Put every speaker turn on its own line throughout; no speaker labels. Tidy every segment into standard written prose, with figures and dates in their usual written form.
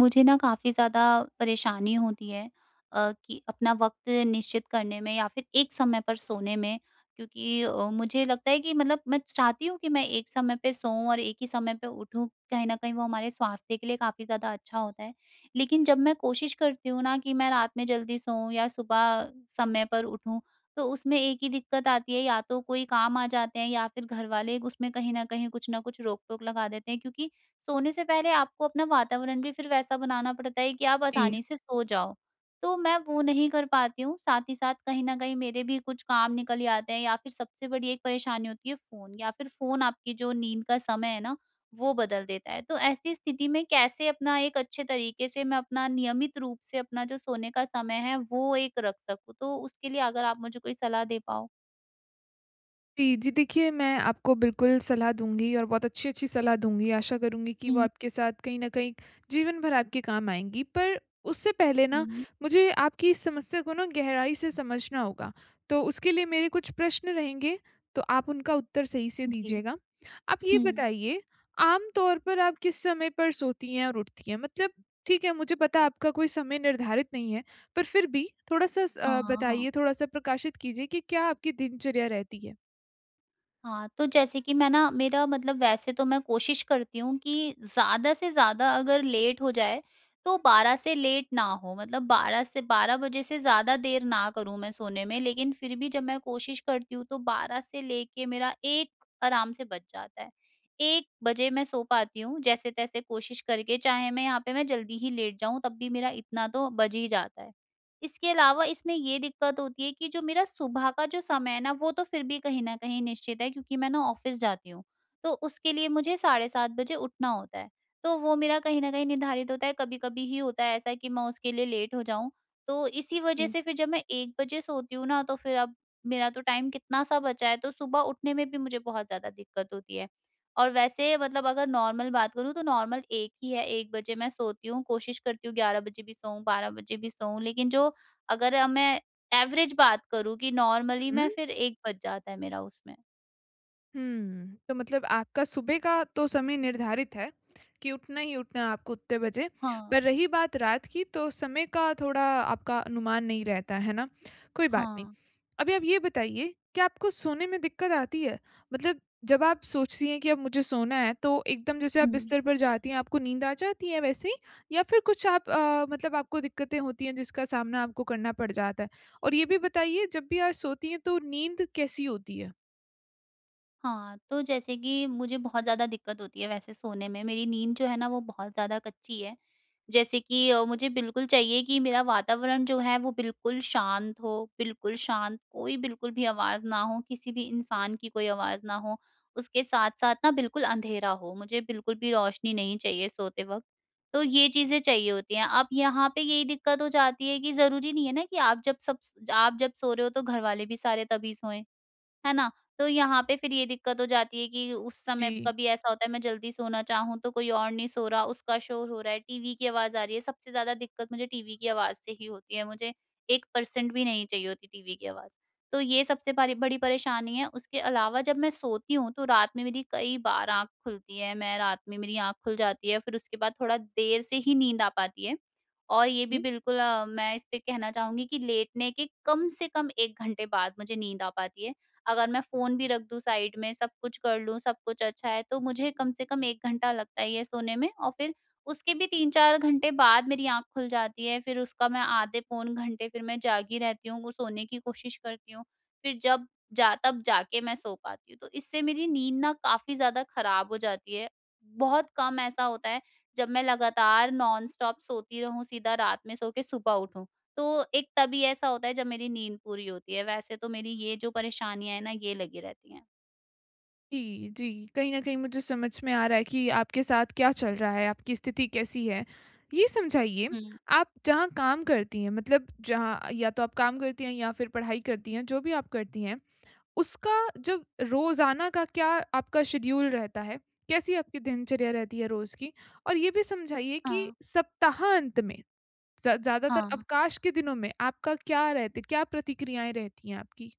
मुझे ना काफ़ी ज़्यादा परेशानी होती है कि अपना वक्त निश्चित करने में या फिर एक समय पर सोने में। क्योंकि मुझे लगता है कि मतलब मैं चाहती हूँ कि मैं एक समय पे सोऊं और एक ही समय पे उठूं, कहीं ना कहीं वो हमारे स्वास्थ्य के लिए काफ़ी ज़्यादा अच्छा होता है। लेकिन जब मैं कोशिश करती हूँ ना कि मैं रात में जल्दी सोऊं या सुबह समय पर उठूं, तो उसमें एक ही दिक्कत आती है, या तो कोई काम आ जाते हैं या फिर घर वाले उसमें कहीं ना कहीं कुछ ना कुछ रोक टोक लगा देते हैं। क्योंकि सोने से पहले आपको अपना वातावरण भी फिर वैसा बनाना पड़ता है कि आप
जी,
आसानी से सो जाओ। तो मैं वो नहीं कर पाती हूँ, साथ ही साथ कहीं न कहीं मेरे भी कुछ काम निकल जाते हैं या फिर सबसे बड़ी एक परेशानी होती है फ़ोन, या फिर फ़ोन आपकी जो नींद का समय है ना, वो बदल देता है। तो ऐसी स्थिति में कैसे अपना एक अच्छे तरीके से मैं अपना नियमित रूप से अपना जो सोने का समय है, वो एक रख सकूँ? तो उसके लिए अगर आप मुझे कोई सलाह दे पाओ?
जी, जी। देखिए, मैं आपको बिल्कुल सलाह दूँगी और बहुत अच्छी-अच्छी सलाह दूँगी। आशा करूँगी कि वो
हुँ,
आपके साथ कहीं न कहीं जीवन भर आपके काम आएँगी। पर उससे पहले ना
हुँ।
मुझे आपकी इस समस्या को ना गहराई से समझना होगा। तो उसके लिए मेरे कुछ प्रश्न रहेंगे, तो आप उनका उत्तर सही से
जी।
दीजिएगा। आप ये
हुँ।
बताइए, आम तौर पर आप किस समय पर सोती हैं और उठती हैं? मतलब ठीक है, मुझे पता है आपका कोई समय निर्धारित नहीं है, पर फिर भी थोड़ा-सा
हाँ, हाँ।
बताइए, थोड़ा-सा प्रकाशित कीजिए कि क्या आपकी दिनचर्या रहती है?
हाँ, तो जैसे कि मैं ना मेरा मतलब वैसे तो मैं कोशिश करती हूँ कि ज़्यादा से ज़्यादा अगर लेट हो जाए तो 12 से लेट ना हो, मतलब 12 से 12 बजे से ज़्यादा देर ना करूँ मैं सोने में। लेकिन फिर भी जब मैं कोशिश करती हूँ तो 12 से लेके मेरा 1 आराम से बज जाता है। 1 बजे मैं सो पाती हूँ जैसे-तैसे कोशिश करके, चाहे मैं यहाँ पे मैं जल्दी ही लेट जाऊँ तब भी मेरा इतना तो बज ही जाता है। इसके अलावा इसमें ये दिक्कत होती है कि जो मेरा सुबह का जो समय है ना वो तो फिर भी कहीं न कहीं निश्चित है क्योंकि मैं ना ऑफ़िस जाती हूँ। तो उसके लिए मुझे साढ़े 7 बजे उठना होता है। तो वो मेरा कहीं न कहीं निर्धारित होता है, कभी-कभी ही होता है ऐसा कि मैं उसके लिए लेट हो जाऊँ। तो इसी वजह
जी,
से फिर जब मैं 1 बजे सोती हूँ ना तो फिर अब मेरा तो टाइम कितना-सा बचा है, तो सुबह उठने में भी मुझे बहुत ज़्यादा दिक्कत होती है। और वैसे मतलब अगर नॉर्मल बात करूँ तो नॉर्मल 1 ही है, 1 बजे मैं सोती हूँ, कोशिश करती हूँ 11 बजे भी सोऊँ, 12 बजे भी सोऊँ लेकिन जो अगर अ, मैं एवरेज बात करूँ कि नॉर्मली
हुँ,
मैं फिर 1 बज जाता है मेरा उसमें।
हुँ। तो मतलब आपका सुबह का तो समय निर्धारित है कि उठना ही उठना है आपको उतने बजे,
हाँ,
पर रही बात रात की तो समय का थोड़ा आपका अनुमान नहीं रहता, है ना? कोई बात नहीं।
हाँ।
अभी आप ये बताइए कि आपको सोने में दिक्कत आती है? मतलब जब आप सोचती हैं कि अब मुझे सोना है तो एकदम जैसे आप
हुँ।
बिस्तर पर जाती हैं, आपको नींद आ जाती है वैसे ही? या फिर कुछ आप मतलब आपको दिक्कतें होती हैं जिसका सामना आपको करना पड़ जाता है? और ये भी बताइए जब भी आप सोती हैं तो नींद कैसी होती है?
हाँ, तो जैसे कि मुझे बहुत ज़्यादा दिक्कत होती है वैसे सोने में, मेरी नींद जो है ना वो बहुत ज़्यादा कच्ची है। जैसे कि मुझे बिल्कुल चाहिए कि मेरा वातावरण जो है वो बिल्कुल शांत हो, बिल्कुल शांत, कोई बिल्कुल भी आवाज़ ना हो, किसी भी इंसान की कोई आवाज़ ना हो। उसके साथ-साथ ना बिल्कुल अंधेरा हो, मुझे बिल्कुल भी रोशनी नहीं चाहिए सोते वक़्त। तो ये चीज़ें चाहिए होती हैं। अब यहाँ पे यही दिक्कत हो जाती है कि ज़रूरी नहीं है ना कि आप जब सो रहे हो तो घरवाले भी सारे तभी सोएँ। है ना? तो यहाँ पे फिर ये दिक्कत हो जाती है कि उस
जी।
समय कभी ऐसा होता है मैं जल्दी सोना चाहूँ तो कोई और नहीं सो रहा, उसका शोर हो रहा है, टीवी की आवाज़ आ रही है। सबसे ज़्यादा दिक्कत मुझे टीवी की आवाज़ से ही होती है, मुझे 1% भी नहीं चाहिए होती टीवी की आवाज़। तो ये सबसे बारी बड़ी परेशानी है। उसके अलावा जब मैं सोती हूँ तो रात में मेरी कई बार आँख खुलती है, मैं रात में मेरी आँख खुल जाती है, फिर उसके बाद थोड़ा देर से ही नींद आ पाती है। और ये भी
जी,
बिल्कुल मैं इस पे कहना चाहूँगी कि लेटने के कम से कम 1 घंटे बाद मुझे नींद आ पाती है। अगर मैं फ़ोन भी रख दूँ साइड में, सब कुछ कर लूँ, सब कुछ अच्छा है, तो मुझे कम से कम 1 घंटा लगता ही है सोने में और फिर उसके भी 3-4 घंटे बाद मेरी आँख खुल जाती है, फिर उसका मैं आधे पौन घंटे फिर मैं जागी रहती हूँ, वो सोने की कोशिश करती हूँ, फिर जब जा तब जाके मैं सो पाती हूँ। तो इससे मेरी नींद ना काफ़ी ज़्यादा खराब हो जाती है, बहुत कम ऐसा होता है जब मैं लगातार नॉन स्टॉप सोती रहूँ, सीधा रात में सो के सुबह उठूँ। तो एक तभी ऐसा होता है जब मेरी नींद पूरी होती है, वैसे तो मेरी ये जो परेशानियाँ हैं ना, ये लगी रहती हैं।
जी, जी। कहीं न कहीं मुझे समझ में आ रहा है कि आपके साथ क्या चल रहा है, आपकी स्थिति कैसी है। ये समझाइए,
हुँ।
आप जहाँ काम करती हैं मतलब जहाँ या तो आप काम करती हैं या फिर पढ़ाई करती हैं, जो भी आप करती हैं, उसका जब रोज़ाना का क्या आपका शेड्यूल रहता है? कैसी आपकी दिनचर्या रहती है रोज़ की? और ये भी समझाइए कि
हाँ,
सप्ताहांत में ज़ ज़्यादातर
हाँ,
अवकाश के दिनों में आपका क्या प्रतिक्रियाएँ रहती हैं आपकी?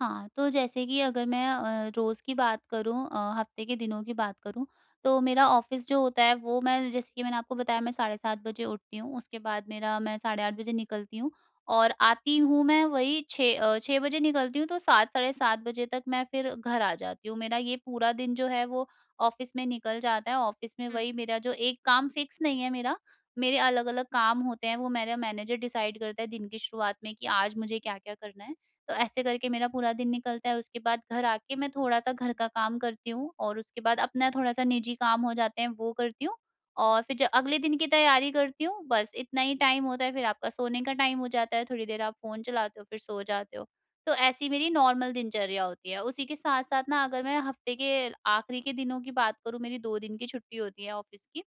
हाँ, तो जैसे कि अगर मैं रोज़ की बात करूँ हफ्ते के दिनों की बात करूँ, तो मेरा ऑफ़िस जो होता है वो मैं जैसे कि मैंने आपको बताया मैं साढ़े 7 बजे उठती हूँ, उसके बाद मेरा मैं साढ़े 8 बजे निकलती हूँ और आती हूँ मैं वही 6 बजे निकलती हूँ तो 7 साढ़े 7 बजे तक मैं फिर घर आ जाती हूँ। मेरा ये पूरा दिन जो है वो ऑफ़िस में निकल जाता है, ऑफ़िस में
हुँ।
वही मेरा जो एक काम फ़िक्स नहीं है मेरा, मेरे अलग-अलग काम होते हैं, वो मेरा मैनेजर डिसाइड करता है दिन की शुरुआत में कि आज मुझे क्या-क्या करना है। तो ऐसे करके मेरा पूरा दिन निकलता है। उसके बाद घर आके मैं थोड़ा-सा घर का काम करती हूँ और उसके बाद अपना थोड़ा-सा निजी काम हो जाते हैं, वो करती हूँ और फिर ज अगले दिन की तैयारी करती हूँ। बस इतना ही टाइम होता है, फिर आपका सोने का टाइम हो जाता है, थोड़ी देर आप फ़ोन चलाते हो, फिर सो जाते हो। तो ऐसी मेरी नॉर्मल दिनचर्या होती है। उसी के साथ-साथ ना अगर मैं हफ्ते के आखिरी के दिनों की बात करूँ, मेरी 2 दिन की छुट्टी होती है ऑफ़िस की।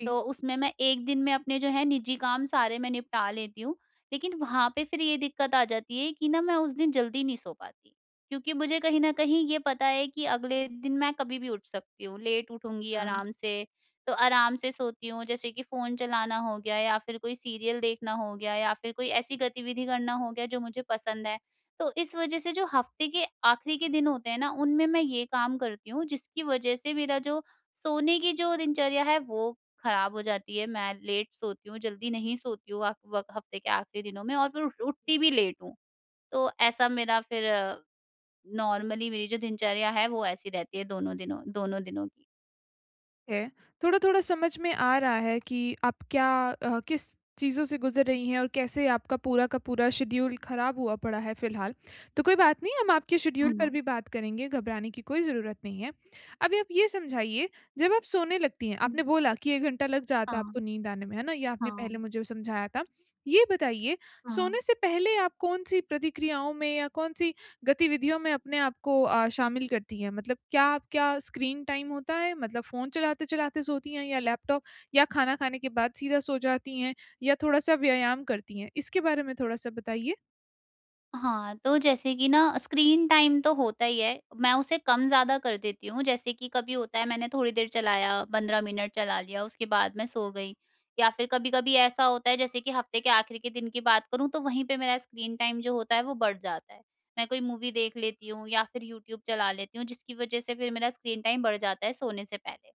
जी।
तो उसमें मैं एक दिन में अपने जो है निजी काम सारे मैं निपटा लेती हूँ। लेकिन वहाँ पे फिर ये दिक्कत आ जाती है कि ना मैं उस दिन जल्दी नहीं सो पाती। क्योंकि मुझे कहीं न कहीं ये पता है कि अगले दिन मैं कभी भी उठ सकती हूँ, लेट उठूँगी
हाँ।
आराम से, तो आराम से सोती हूँ। जैसे कि फ़ोन चलाना हो गया या फिर कोई सीरियल देखना हो गया या फिर कोई ऐसी गतिविधि करना हो गया जो मुझे पसंद है। तो इस वज़ह से जो हफ़्ते के आखिरी के दिन होते हैं ना, उनमें मैं ये काम करती हूँ जिसकी वज़ह से मेरा जो सोने की जो दिनचर्या है वो खराब हो जाती है, मैं लेट सोती हूँ, जल्दी नहीं सोती हूँ आक वक हफ्ते के आखिरी दिनों में और फिर उठ उठती भी लेट हूँ। तो ऐसा मेरा फिर नॉर्मली मेरी जो दिनचर्या है वो ऐसी रहती है दोनों दिनों की।
है, थोड़ा-थोड़ा समझ में आ रहा है कि आप क्या किस चीज़ों से गुज़र रही हैं और कैसे आपका पूरा का पूरा शेड्यूल ख़राब हुआ पड़ा है फ़िलहाल। तो कोई बात नहीं, हम आपके शेड्यूल पर
हाँ।
भी बात करेंगे, घबराने की कोई ज़रूरत नहीं है। अभी आप ये समझाइए, जब आप सोने लगती हैं,
हुँ।
आपने बोला कि 1 घंटा लग जाता है
हाँ,
आपको नींद आने में, है ना? ये आपने पहले
हाँ,
मुझे समझाया था। ये बताइए, सोने
हाँ।
से पहले आप कौन-सी प्रतिक्रियाओं में या कौन-सी गतिविधियों में अपने आप को शामिल करती हैं? मतलब क्या आपका स्क्रीन टाइम होता है? मतलब फ़ोन चलाते-चलाते सोती हैं या लैपटॉप या खाना खाने के बाद सीधा सो जाती हैं या थोड़ा-सा व्यायाम करती हैं? इसके बारे में थोड़ा-सा बताइए।
हाँ, तो जैसे कि ना स्क्रीन टाइम तो होता ही है, मैं उसे कम-ज़्यादा कर देती हूँ। जैसे कि कभी होता है मैंने थोड़ी देर चलाया, 15 मिनट चला लिया, उसके बाद मैं सो गई। या फिर कभी-कभी ऐसा होता है जैसे कि हफ्ते के आखिर के दिन की बात करूँ तो वहीं पे मेरा स्क्रीन टाइम जो होता है वो बढ़ जाता है। मैं कोई मूवी देख लेती हूँ या फिर यूट्यूब चला लेती हूँ जिसकी वज़ह से फिर मेरा स्क्रीन टाइम बढ़ जाता है सोने से पहले।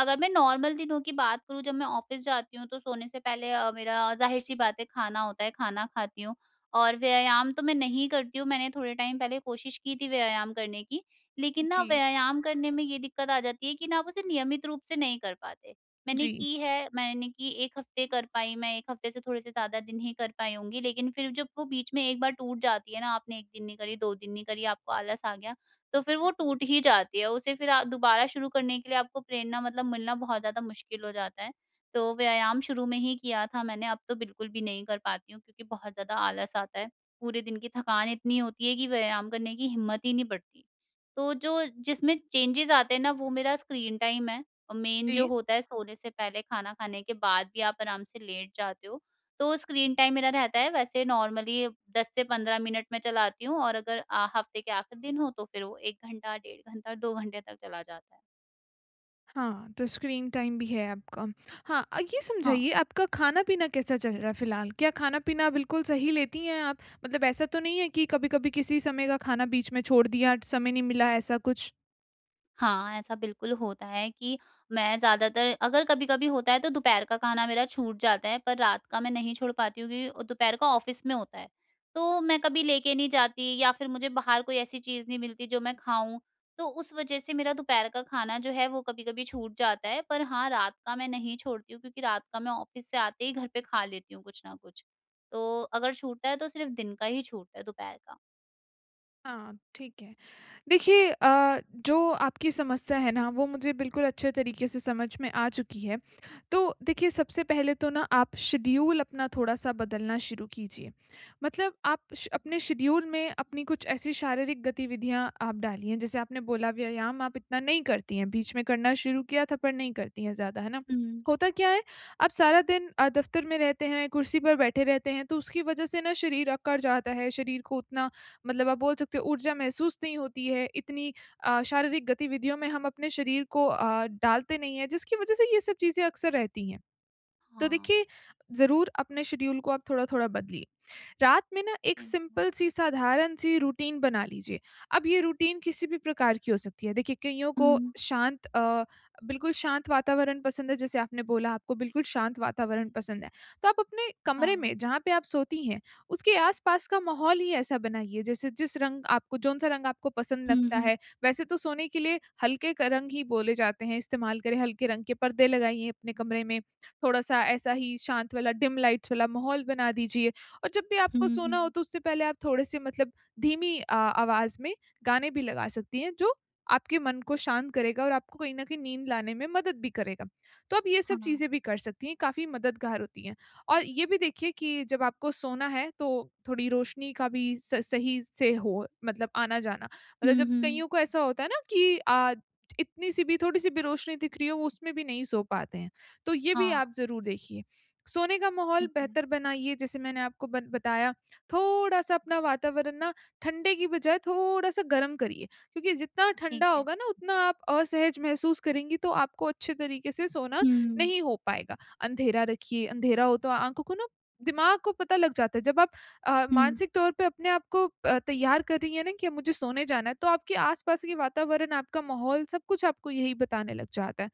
अगर मैं नॉर्मल दिनों की बात करूँ जब मैं ऑफ़िस जाती हूँ तो सोने से पहले मेरा ज़ाहिर-सी बात है खाना होता है, खाना खाती हूँ। और व्यायाम तो मैं नहीं करती हूँ, मैंने थोड़े टाइम पहले कोशिश की थी व्यायाम करने की, लेकिन ना
जी,
व्यायाम करने में ये दिक्कत आ जाती है कि ना आप उसे नियमित रूप से नहीं कर पाते। मैंने
जी।
की है, मैंने की 1 हफ्ते कर पाई, मैं 1 हफ्ते से थोड़े से ज़्यादा दिन ही कर पाई होंगी, लेकिन फिर जब वो बीच में एक बार टूट जाती है ना, आपने 1 दिन नहीं करी, 2 दिन नहीं करी, आपको आलस आ गया, तो फिर वो टूट ही जाती है। उसे फिर दोबारा शुरू करने के लिए आपको प्रेरणा मतलब मिलना बहुत ज़्यादा मुश्किल हो जाता है। तो व्यायाम शुरू में ही किया था मैंने, अब तो बिल्कुल भी नहीं कर पाती हूँ क्योंकि बहुत ज़्यादा आलस आता है। पूरे दिन की थकान इतनी होती है कि व्यायाम करने की हिम्मत ही नहीं बढ़ती। तो जो जिसमें चेंजेज़ आते हैं ना वो मेरा स्क्रीन टाइम है और मेन जो
जी।
होता है सोने से पहले, खाना खाने के बाद भी आप आराम से लेट जाते हो, तो स्क्रीन टाइम मेरा रहता है वैसे नॉर्मली 10 से 15 मिनट मैं चलाती हूँ और अगर हफ्ते के आखिरी दिन हो तो फिर वो 1 घंटा, 1.5 घंटा, 2 घंटे तक चला जाता है।
हाँ, तो स्क्रीन टाइम भी है आपका। हाँ, ये
हाँ।
समझाइए आपका खाना-पीना कैसा चल रहा है फ़िलहाल? क्या खाना-पीना बिल्कुल सही लेती हैं आप? मतलब ऐसा तो नहीं है कि कभी-कभी किसी समय का खाना बीच में छोड़ दिया, समय नहीं मिला, ऐसा कुछ?
हाँ, ऐसा बिल्कुल होता है कि मैं ज़्यादातर अगर कभी-कभी होता है तो दोपहर का खाना मेरा छूट जाता है, पर रात का मैं नहीं छोड़ पाती हूँ क्योंकि दोपहर का ऑफ़िस में होता है। तो मैं कभी लेके नहीं जाती या फिर मुझे बाहर कोई ऐसी चीज़ नहीं मिलती जो मैं खाऊँ, तो उस वज़ह से मेरा दोपहर का खाना जो है वो कभी-कभी छूट जाता है। पर हाँ, रात का मैं नहीं छोड़ती हूँ क्योंकि रात का मैं ऑफ़िस से आते ही घर पे खा लेती हूँ कुछ ना कुछ। तो अगर छूटता है तो सिर्फ़ दिन का ही छूटता है, दोपहर का।
हाँ, ठीक है। देखिए जो आपकी समस्या है ना वो मुझे बिल्कुल अच्छे तरीके से समझ में आ चुकी है। तो देखिए सबसे पहले तो ना आप शेड्यूल अपना थोड़ा-सा बदलना शुरू कीजिए। मतलब आप श अपने शेड्यूल में अपनी कुछ ऐसी शारीरिक गतिविधियाँ आप डालिए जैसे आपने बोला व्यायाम आप इतना नहीं करती हैं, बीच में करना शुरू किया था पर नहीं करती हैं ज़्यादा, है ना?
हुँ।
होता क्या है आप सारा दिन दफ्तर में रहते हैं, कुर्सी पर बैठे रहते हैं तो उसकी वज़ह से ना शरीर अकड़ जाता है, शरीर को उतना मतलब आप बोल सकते हो ऊर्जा महसूस नहीं होती है, इतनी शारीरिक गतिविधियों में हम अपने शरीर को डालते नहीं हैं, जिसकी वजह से ये सब चीज़ें अक्सर रहती हैं। तो
हाँ,
देखिए ज़रूर अपने शेड्यूल को आप थोड़ा-थोड़ा बदलिए। रात में ना एक
ठीक है।
सिंपल सी साधारण सी रूटीन बना लीजिए। अब ये रूटीन किसी भी प्रकार की हो सकती है। देखिए कइयों को
हुँ।
शांत अ, बिल्कुल शांत वातावरण पसंद है जैसे आपने बोला आपको बिल्कुल शांत वातावरण पसंद है। तो आप अपने कमरे में
हाँ।
जहाँ पे आप सोती हैं, उसके आस-पास का माहौल ही ऐसा बनाइए जैसे जिस रंग आपको जौन-सा रंग आपको पसंद
हुँ,
लगता
हुँ।
है। वैसे तो सोने के लिए हल्के क रंग ही बोले जाते हैं, इस्तेमाल करें हल्के रंग के पर्दे लगाइए अपने कमरे में। थोड़ा-सा ऐसा ही शांत वाला डिम लाइट्स वाला माहौल बना दीजिए और जब भी आपको
हुँ,
सोना हो
हुँ।
तो उससे पहले आप थोड़े-से मतलब धीमी आवाज़ में गाने भी लगा सकती हैं जो आपके मन को शांत करेगा और आपको कहीं न कहीं नींद लाने में मदद भी करेगा। तो आप ये सब
हाँ।
चीज़ें भी कर सकती हैं, काफ़ी मददगार होती हैं। और ये भी देखिए कि जब आपको सोना है तो थोड़ी रोशनी का भी स सही से हो मतलब आना-जाना। मतलब
हुँ,
जब
हुँ।
कईयों को ऐसा होता है ना कि इतनी-सी भी थोड़ी-सी भी रोशनी दिख रही हो वो उसमें भी नहीं सो पाते हैं। तो ये भी
हाँ,
आप ज़रूर देखिए। सोने का माहौल
ठीक है,
बेहतर बनाइए जैसे मैंने आपको बन बताया, थोड़ा-सा अपना वातावरण ना ठंडे की बजाय थोड़ा-सा गर्म करिए क्योंकि जितना
ठीक
ठंडा
है।
होगा ना उतना आप असहज महसूस करेंगी तो आपको अच्छे तरीके से सोना
हुँ,
नहीं हो पाएगा। अंधेरा रखिए, अंधेरा हो तो आँखों को ना दिमाग को पता लग जाता है जब आप
हुँ,
मानसिक तौर पे अपने आप को तैयार कर रही हैं ना कि अब मुझे सोने जाना है तो आपके आस-पास के वातावरण, आपका माहौल सब कुछ आपको यही बताने लग जाता है।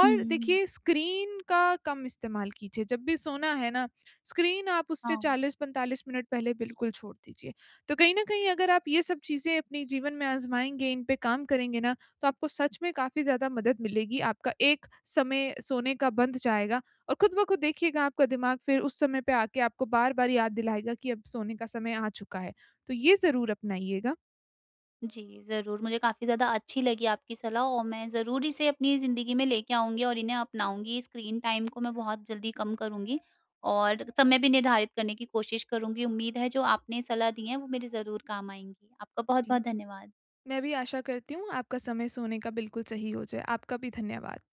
और
हुँ।
देखिए स्क्रीन का कम इस्तेमाल कीजिए जब भी सोना है ना, स्क्रीन आप उससे
हाँ,
40-45 मिनट पहले बिल्कुल छोड़ दीजिए। तो कहीं न कहीं अगर आप ये सब चीज़ें अपने जीवन में आज़माएँगे, इन पे काम करेंगे ना तो आपको सच में काफ़ी ज़्यादा मदद मिलेगी। आपका एक समय सोने का बंध जाएगा और खुद ब खुद देखिएगा आपका दिमाग फिर उस समय पे आके आपको बार-बार याद दिलाएगा कि अब सोने का समय आ चुका है। तो ये ज़रूर अपनाइएगा।
जी, ज़रूर। मुझे काफ़ी ज़्यादा अच्छी लगी आपकी सलाह और मैं ज़रूर इसे अपनी ज़िंदगी में लेके आऊँगी और इन्हें अपनाऊँगी। स्क्रीन टाइम को मैं बहुत जल्दी कम करूँगी और समय भी निर्धारित करने की कोशिश करूँगी। उम्मीद है जो आपने सलाह दी है वो मेरे ज़रूर काम आएँगी। आपका
जी,
बहुत-बहुत धन्यवाद।
मैं भी आशा करती हूँ आपका समय सोने का बिल्कुल सही हो जाए। आपका भी धन्यवाद।